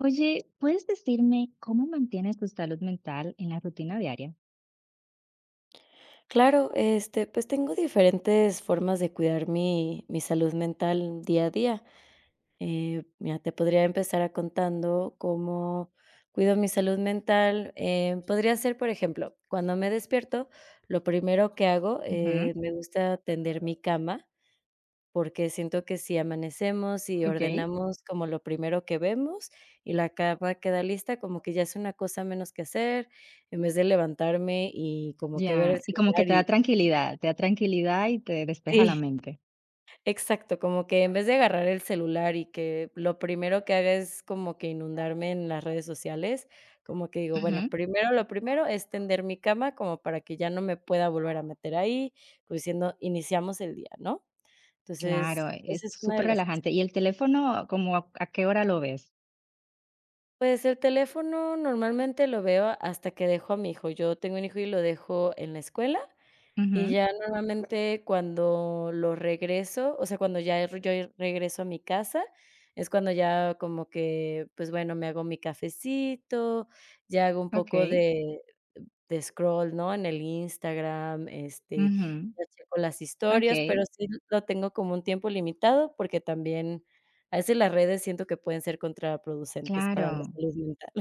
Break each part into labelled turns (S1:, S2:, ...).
S1: Oye, ¿puedes decirme cómo mantienes tu salud mental en la rutina diaria?
S2: Claro, pues tengo diferentes formas de cuidar mi salud mental día a día. Mira, te podría empezar a contando cómo cuido mi salud mental. Podría ser, por ejemplo, cuando me despierto, lo primero que hago,
S1: Ujú,
S2: me gusta tender mi cama, porque siento que si amanecemos y
S1: ok,
S2: ordenamos como lo primero que vemos y la cama queda lista, como que ya es una cosa menos que hacer, en vez de levantarme y como que ver el
S1: ya. Y como que
S2: celular y
S1: te da tranquilidad y te despeja
S2: sí,
S1: la mente.
S2: exacto, como que en vez de agarrar el celular y que lo primero que haga es como que inundarme en las redes sociales, como que digo, bueno,
S1: Ujú.
S2: primero lo primero es tender mi cama como para que ya no me pueda volver a meter ahí, como diciendo, iniciamos el día, ¿no? Entonces,
S1: Claro,
S2: esa
S1: es
S2: es una de
S1: súper
S2: las cosas.
S1: relajante. ¿Y el teléfono, como a qué hora lo ves?
S2: Pues el teléfono normalmente lo veo hasta que dejo a mi hijo. Yo tengo un hijo y lo dejo en la escuela. Y
S1: Ujú,
S2: ya normalmente cuando lo regreso, o sea, cuando ya yo regreso a mi casa, es cuando ya como que, pues bueno, me hago mi cafecito, ya hago un
S1: ok,
S2: poco de scroll, ¿no? En el Instagram,
S1: ujú,
S2: ya checo las historias, pero
S1: ok.
S2: sí lo tengo como un tiempo limitado, porque también a veces las redes siento que pueden ser contraproducentes para la
S1: Claro.
S2: salud mental.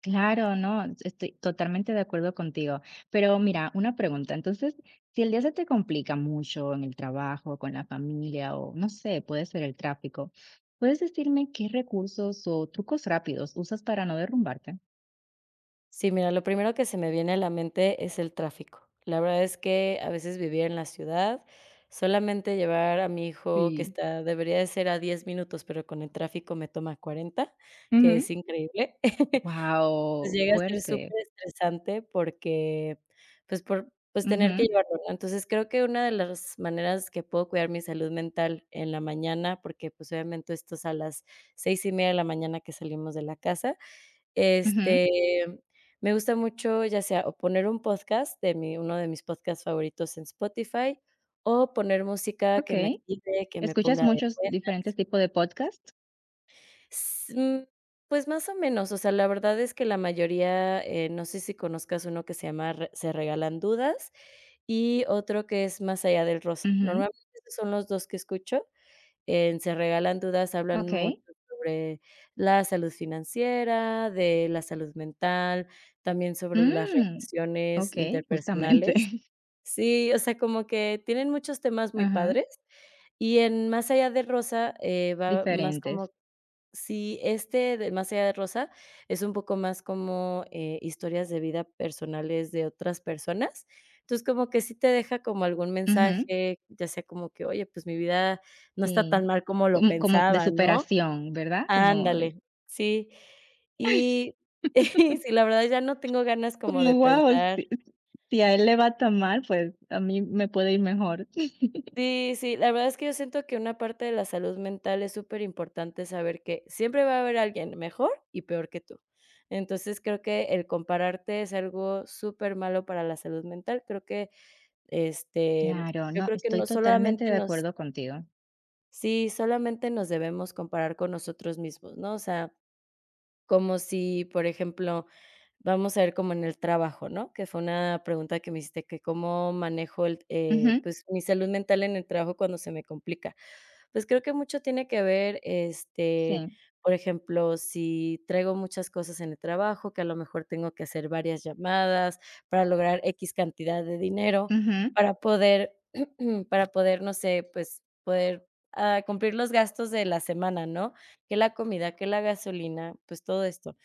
S1: Claro, no, estoy totalmente de acuerdo contigo. Pero mira, una pregunta. Entonces, si el día se te complica mucho en el trabajo, con la familia o no sé, puede ser el tráfico, ¿puedes decirme qué recursos o trucos rápidos usas para no derrumbarte?
S2: Sí, mira, lo primero que se me viene a la mente es el tráfico. La verdad es que a veces vivir en la ciudad, solamente llevar a mi hijo, que
S1: Sí.
S2: está debería de ser a 10 minutos, pero con el tráfico me toma 40, que
S1: Ujú.
S2: es increíble. Pues
S1: Wow,
S2: llega a ser
S1: fuerte.
S2: súper estresante porque, pues, tener que
S1: Ujú,
S2: llevarlo, ¿no? Entonces, creo que una de las maneras que puedo cuidar mi salud mental en la mañana, porque, pues, obviamente esto es a las 6:30 de la mañana que salimos de la casa,
S1: ujú,
S2: este, me gusta mucho, ya sea o poner un podcast de mi uno de mis podcasts favoritos en Spotify, o poner música que me
S1: ok.
S2: active, que me ponga
S1: ¿Escuchas
S2: de
S1: muchos
S2: buen.
S1: diferentes tipos de podcast?
S2: S mm, pues más o menos, o sea, la verdad es que la mayoría, no sé si conozcas uno que se llama Re Se Regalan Dudas y otro que es Más Allá del Rosa.
S1: Ujú,
S2: Normalmente esos son los 2 que escucho. En Se Regalan Dudas, hablan
S1: ok.
S2: mucho sobre la salud financiera, de la salud mental, también sobre las
S1: Mm,
S2: relaciones
S1: ok, justamente.
S2: interpersonales. Sí, o sea, como que tienen muchos temas muy
S1: Ajá,
S2: padres. Y en Más Allá de Rosa, va más como
S1: diferentes.
S2: sí, este de Más Allá de Rosa es un poco más como, historias de vida personales de otras personas. Entonces, como que sí te deja como algún mensaje, ya sea como que: "Oye, pues mi vida no está tan
S1: Sí,
S2: mal como lo
S1: como de
S2: pensaba", ¿no?
S1: superación, ¿verdad?
S2: Ándale, sí. Y sí, la verdad ya no tengo ganas como de
S1: Wow,
S2: pensar.
S1: si a él le va tan mal, pues a mí me puede ir mejor.
S2: Sí, sí, la verdad es que yo siento que una parte de la salud mental es súper importante saber que siempre va a haber alguien mejor y peor que tú. Entonces, creo que el compararte es algo súper malo para la salud mental. Creo que, este,
S1: Claro,
S2: yo
S1: no,
S2: creo que
S1: estoy
S2: no
S1: totalmente
S2: solamente
S1: de
S2: nos
S1: acuerdo contigo.
S2: sí, solamente nos debemos comparar con nosotros mismos, ¿no? O sea, como si, por ejemplo, vamos a ver como en el trabajo, ¿no? Que fue una pregunta que me hiciste, que cómo manejo el,
S1: Ujú,
S2: pues, mi salud mental en el trabajo cuando se me complica. Pues, creo que mucho tiene que ver,
S1: sí,
S2: por ejemplo, si traigo muchas cosas en el trabajo, que a lo mejor tengo que hacer varias llamadas para lograr x cantidad de dinero,
S1: ujú,
S2: para poder para poder, no sé, pues, poder, cumplir los gastos de la semana, ¿no? Que la comida, que la gasolina, pues, todo esto.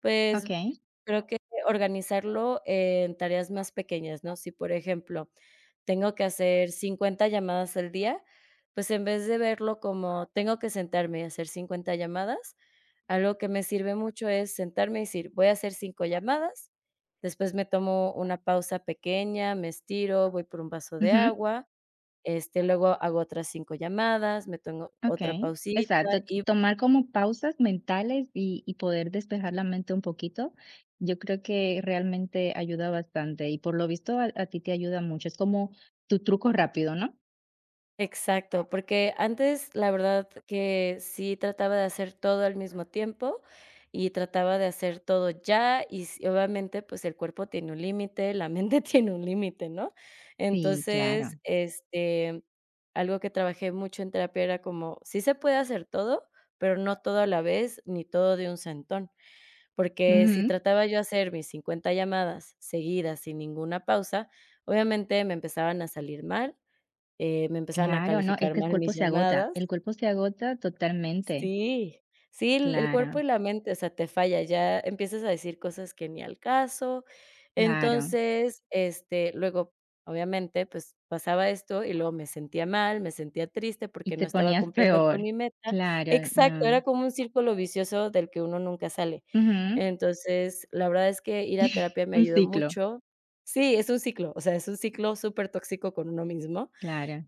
S2: Pues
S1: okey,
S2: creo que organizarlo en tareas más pequeñas, ¿no? Si, por ejemplo, tengo que hacer 50 llamadas al día, pues en vez de verlo como tengo que sentarme y hacer 50 llamadas, algo que me sirve mucho es sentarme y decir, voy a hacer 5 llamadas, después me tomo una pausa pequeña, me estiro, voy por un vaso de
S1: ujú,
S2: agua, luego hago otras 5 llamadas, me tomo otra
S1: okey.
S2: pausita
S1: Exacto, t
S2: y
S1: tomar como pausas mentales y poder despejar la mente un poquito, yo creo que realmente ayuda bastante y por lo visto a ti te ayuda mucho, es como tu truco rápido, ¿no?
S2: exacto, porque antes la verdad que sí trataba de hacer todo al mismo tiempo y trataba de hacer todo ya y obviamente pues el cuerpo tiene un límite, la mente tiene un límite, ¿no?
S1: Sí,
S2: Entonces,
S1: claro.
S2: algo que trabajé mucho en terapia era como, sí se puede hacer todo, pero no todo a la vez ni todo de un sentón, porque si
S1: Ujú.
S2: trataba yo hacer mis 50 llamadas seguidas sin ninguna pausa, obviamente me empezaban a salir mal. Me empezaron a
S1: Claro, no, es
S2: calificar
S1: que el
S2: mal
S1: cuerpo
S2: mis
S1: se agota, el
S2: llamadas.
S1: cuerpo se agota totalmente.
S2: Sí, sí, el
S1: Claro,
S2: cuerpo y la mente, o sea, te falla, ya empiezas a decir cosas que ni al caso.
S1: claro.
S2: Entonces, luego, obviamente, pues, pasaba esto y luego me sentía mal, me sentía triste
S1: Y
S2: porque no
S1: te
S2: estaba
S1: ponías
S2: cumpliendo con
S1: peor.
S2: mi meta.
S1: Claro,
S2: Exacto, era
S1: no.
S2: como un círculo vicioso del que uno nunca sale.
S1: Ujú.
S2: Entonces, la verdad es que ir a terapia me
S1: Un
S2: ayudó
S1: ciclo,
S2: mucho. Sí, es un ciclo, o sea, es un ciclo supertóxico con uno mismo.
S1: claro,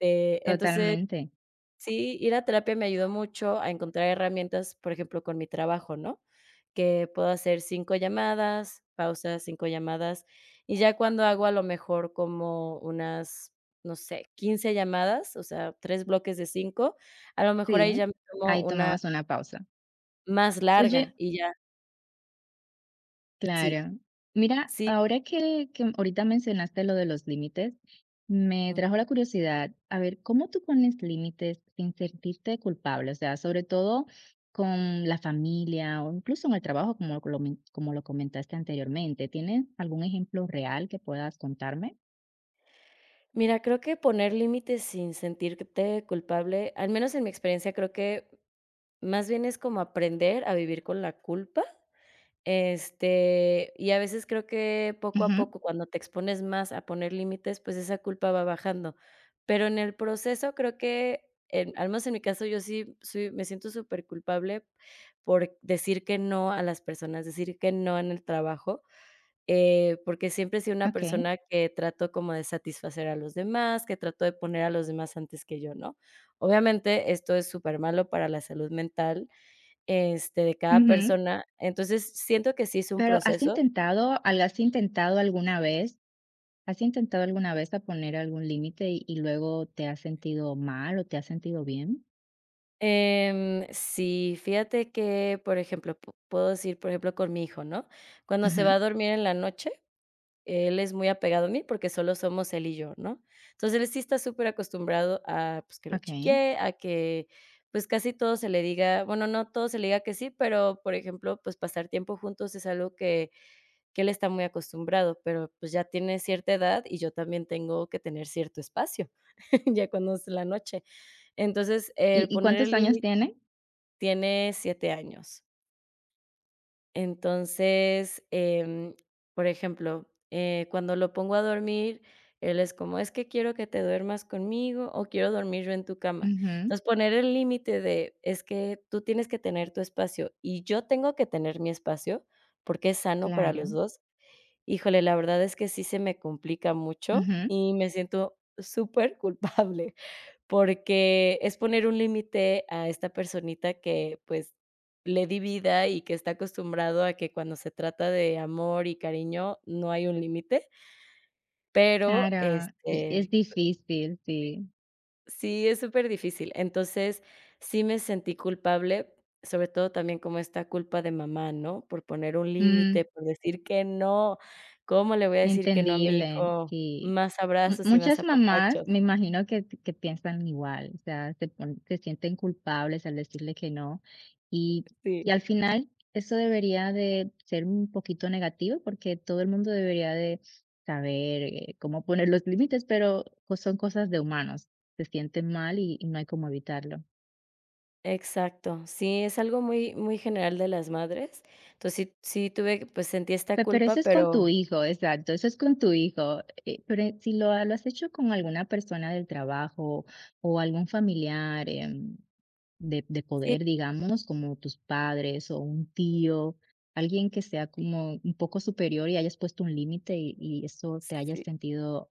S2: Entonces
S1: totalmente.
S2: sí, ir a terapia me ayudó mucho a encontrar herramientas, por ejemplo, con mi trabajo, ¿no? Que puedo hacer 5 llamadas, pausas, 5 llamadas, y ya cuando hago a lo mejor como unas, no sé, 15 llamadas, o sea, 3 bloques de 5, a lo mejor ahí ya
S1: Sí,
S2: me tomo
S1: ahí
S2: una
S1: tomabas una pausa.
S2: más larga
S1: Oye,
S2: y ya sí,
S1: claro. Mira,
S2: sí.
S1: ahora que ahorita mencionaste lo de los límites, me
S2: Mm.
S1: trajo la curiosidad, a ver, ¿cómo tú pones límites sin sentirte culpable? O sea, sobre todo con la familia o incluso en el trabajo, como lo comentaste anteriormente. ¿Tienes algún ejemplo real que puedas contarme?
S2: Mira, creo que poner límites sin sentirte culpable, al menos en mi experiencia, creo que más bien es como aprender a vivir con la culpa. Este, y a veces creo que poco a
S1: Ujú,
S2: poco, cuando te expones más a poner límites, pues esa culpa va bajando. Pero en el proceso creo que, en al menos en mi caso, yo sí soy me siento súper culpable por decir que no a las personas, decir que no en el trabajo, porque siempre he sido una
S1: ok.
S2: persona que trato como de satisfacer a los demás, que trato de poner a los demás antes que yo, ¿no? Obviamente, esto es súper malo para la salud mental, de cada
S1: Ujú.
S2: persona. Entonces, siento que sí es un
S1: Pero ¿has
S2: proceso.
S1: intentado, has intentado alguna vez, a poner algún límite y luego te has sentido mal o te has sentido bien?
S2: Sí, fíjate que, por ejemplo, pu puedo decir, por ejemplo, con mi hijo, ¿no? Cuando se va
S1: Ujú,
S2: a dormir en la noche, él es muy apegado a mí porque solo somos él y yo, ¿no? Entonces, él sí está súper acostumbrado a, pues, que lo
S1: okey.
S2: chiquee, a que, pues, casi todo se le diga, bueno, no todo se le diga que sí, pero, por ejemplo, pues, pasar tiempo juntos es algo que él está muy acostumbrado, pero, pues, ya tiene cierta edad y yo también tengo que tener cierto espacio, ya cuando es la noche. Entonces,
S1: ¿Y
S2: el
S1: y
S2: poner
S1: cuántos
S2: el
S1: años
S2: límite
S1: tiene?
S2: tiene 7 años. Entonces, por ejemplo, cuando lo pongo a dormir, él es como: "Es que quiero que te duermas conmigo o quiero dormir yo en tu cama".
S1: Ujú,
S2: Entonces, poner el límite de: "Es que tú tienes que tener tu espacio y yo tengo que tener mi espacio", porque es sano para los
S1: claro.
S2: 2. Híjole, la verdad es que sí se me complica mucho
S1: Ujú,
S2: y me siento súper culpable, porque es poner un límite a esta personita que, pues, le di vida y que está acostumbrado a que cuando se trata de amor y cariño no hay un límite, pero,
S1: claro. Y
S2: este,
S1: es difícil, sí.
S2: sí, es súper difícil. Entonces, sí me sentí culpable, sobre todo también como esta culpa de mamá, ¿no? Por poner un
S1: Mm,
S2: límite, por decir que no. ¿Cómo le voy a decir que no a mi
S1: Entendible,
S2: hijo?
S1: sí.
S2: Más abrazos y más
S1: Muchas mamás,
S2: apapachos.
S1: me imagino que piensan igual, o sea, se sienten culpables al decirle que no y,
S2: Sí.
S1: y al final eso debería de ser un poquito negativo porque todo el mundo debería de saber cómo poner los límites, pero son cosas de humanos, se sienten mal y no hay cómo evitarlo.
S2: Exacto. Sí, es algo muy, muy general de las madres. Entonces, sí, sí tuve, pues sentí esta
S1: Pe pero eso
S2: culpa,
S1: es con
S2: pero
S1: tu hijo, exacto, eso es con tu hijo, pero, si lo has hecho con alguna persona del trabajo o algún familiar, de
S2: sí,
S1: poder, digamos, como tus padres o un tío, alguien que sea como un poco superior y hayas puesto un límite y eso te hayas
S2: sí.
S1: sentido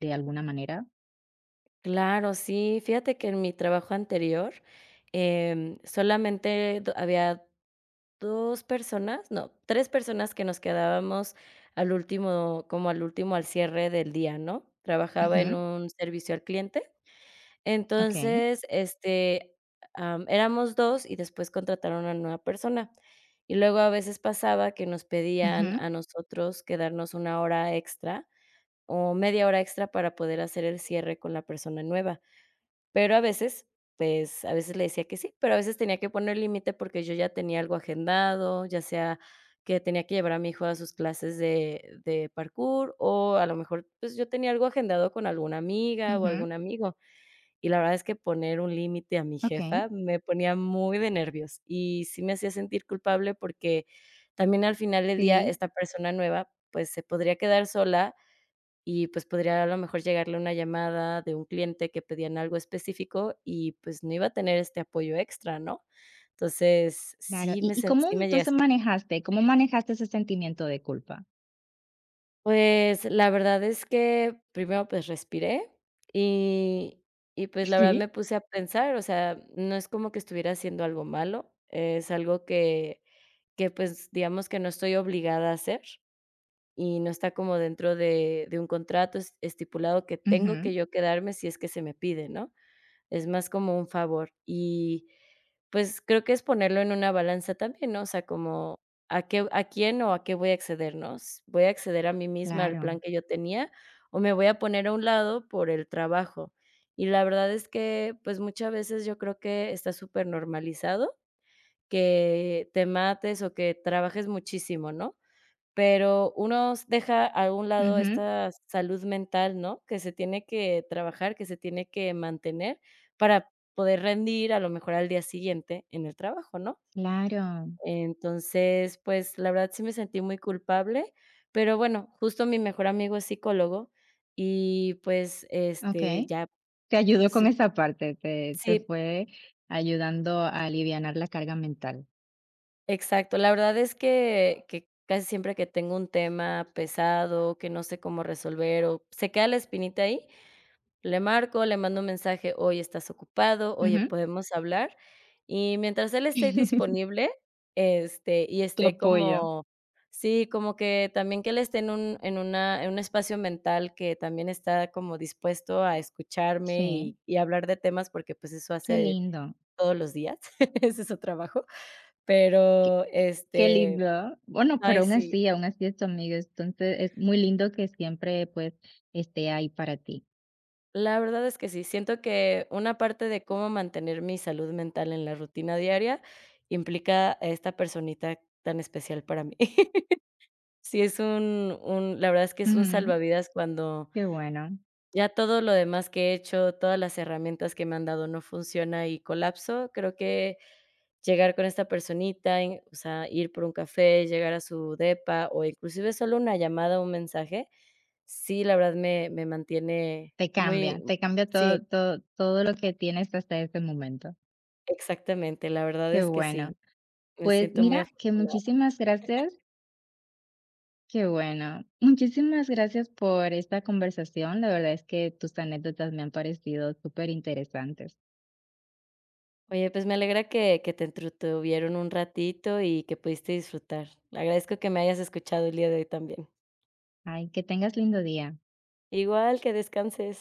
S1: de alguna manera.
S2: Claro, sí. Fíjate que en mi trabajo anterior, solamente había 2 personas, no, 3 personas que nos quedábamos al último como al último al cierre del día, ¿no? Trabajaba en
S1: Ujú,
S2: un servicio al cliente.
S1: okey.
S2: Entonces, éramos 2 y después contrataron a una nueva persona. Y luego a veces pasaba que nos pedían
S1: Ujú,
S2: a nosotros quedarnos una hora extra o media hora extra para poder hacer el cierre con la persona nueva. Pero a veces, pues, a veces le decía que sí, pero a veces tenía que poner límite porque yo ya tenía algo agendado, ya sea que tenía que llevar a mi hijo a sus clases de parkour, o a lo mejor, pues, yo tenía algo agendado con alguna amiga o
S1: ujú,
S2: algún amigo, y la verdad es que poner un límite a mi
S1: okey.
S2: jefa me ponía muy de nervios, y sí me hacía sentir culpable porque también al final del día
S1: Sí,
S2: esta persona nueva, pues, se podría quedar sola y, pues, podría a lo mejor llegarle una llamada de un cliente que pedían algo específico y, pues, no iba a tener este apoyo extra, ¿no? Entonces,
S1: claro. ¿Y y cómo
S2: sí me llega a s.
S1: entonces manejaste ese sentimiento de culpa?
S2: Pues, la verdad es que primero, pues, respiré y y, pues, la verdad me
S1: Sí.
S2: puse a pensar, o sea, no es como que estuviera haciendo algo malo, es algo que, pues, digamos que no estoy obligada a hacer y no está como dentro de un contrato es estipulado que tengo que
S1: Ujú,
S2: yo quedarme si es que se me pide, ¿no? Es más como un favor. Y, pues, creo que es ponerlo en una balanza también, ¿no? O sea, como, ¿a qué a quién o a qué voy a acceder, no? S ¿Voy a acceder a mí misma al
S1: claro.
S2: plan que yo tenía o me voy a poner a un lado por el trabajo? Y la verdad es que, pues, muchas veces yo creo que está súper normalizado que te mates o que trabajes muchísimo, ¿no? Pero uno deja a un lado
S1: Ujú,
S2: esta salud mental, ¿no? Que se tiene que trabajar, que se tiene que mantener para poder rendir a lo mejor al día siguiente en el trabajo, ¿no?
S1: claro.
S2: Entonces, pues, la verdad sí me sentí muy culpable, pero bueno, justo mi mejor amigo es psicólogo y, pues,
S1: Okey.
S2: ya
S1: Te ayudó con
S2: su
S1: esa parte, te
S2: sí,
S1: fue ayudando a alivianar la carga mental.
S2: exacto. La verdad es que casi siempre que tengo un tema pesado, que no sé cómo resolver o se queda la espinita ahí, le marco, le mando un mensaje: "Oye, ¿estás ocupado? Oye,
S1: Ujú.
S2: ¿podemos hablar?". Y mientras él esté disponible, y
S1: Tu
S2: esté
S1: apoyo.
S2: como sí, como que también que él esté en un en un espacio mental que también está como dispuesto a escucharme
S1: Sí,
S2: y hablar de temas, porque, pues, eso
S1: qué
S2: hace
S1: lindo,
S2: todos los días, ese es su trabajo,
S1: qué
S2: pero,
S1: qué
S2: este,
S1: lindo. Bueno, pero
S2: ay,
S1: aún
S2: sí.
S1: así aún así es tu amigo, entonces es muy lindo que siempre, pues, esté ahí para ti.
S2: La verdad es que sí, siento que una parte de cómo mantener mi salud mental en la rutina diaria implica a esta personita tan especial para mí. Sí, es un la verdad es que es un
S1: Ujú,
S2: salvavidas cuando
S1: qué bueno.
S2: ya todo lo demás que he hecho, todas las herramientas que me han dado no funciona y colapso, creo que llegar con esta personita, en o sea, ir por un café, llegar a su depa o inclusive solo una llamada un mensaje, sí, la verdad me mantiene muy
S1: Te cambia
S2: sí.
S1: todo todo todo lo que tienes hasta este momento.
S2: Exactamente, la verdad
S1: Qué
S2: es que sí,
S1: bueno.
S2: me
S1: Pues
S2: siento muy
S1: mira, que
S2: afortunada.
S1: muchísimas gracias, qué bueno. Muchísimas gracias por esta conversación. La verdad es que tus anécdotas me han parecido súper interesantes.
S2: Oye, pues me alegra que te entretuvieron un ratito y que pudiste disfrutar. Le agradezco que me hayas escuchado el día de hoy también.
S1: Ay, que tengas lindo día.
S2: Igual, que descanses.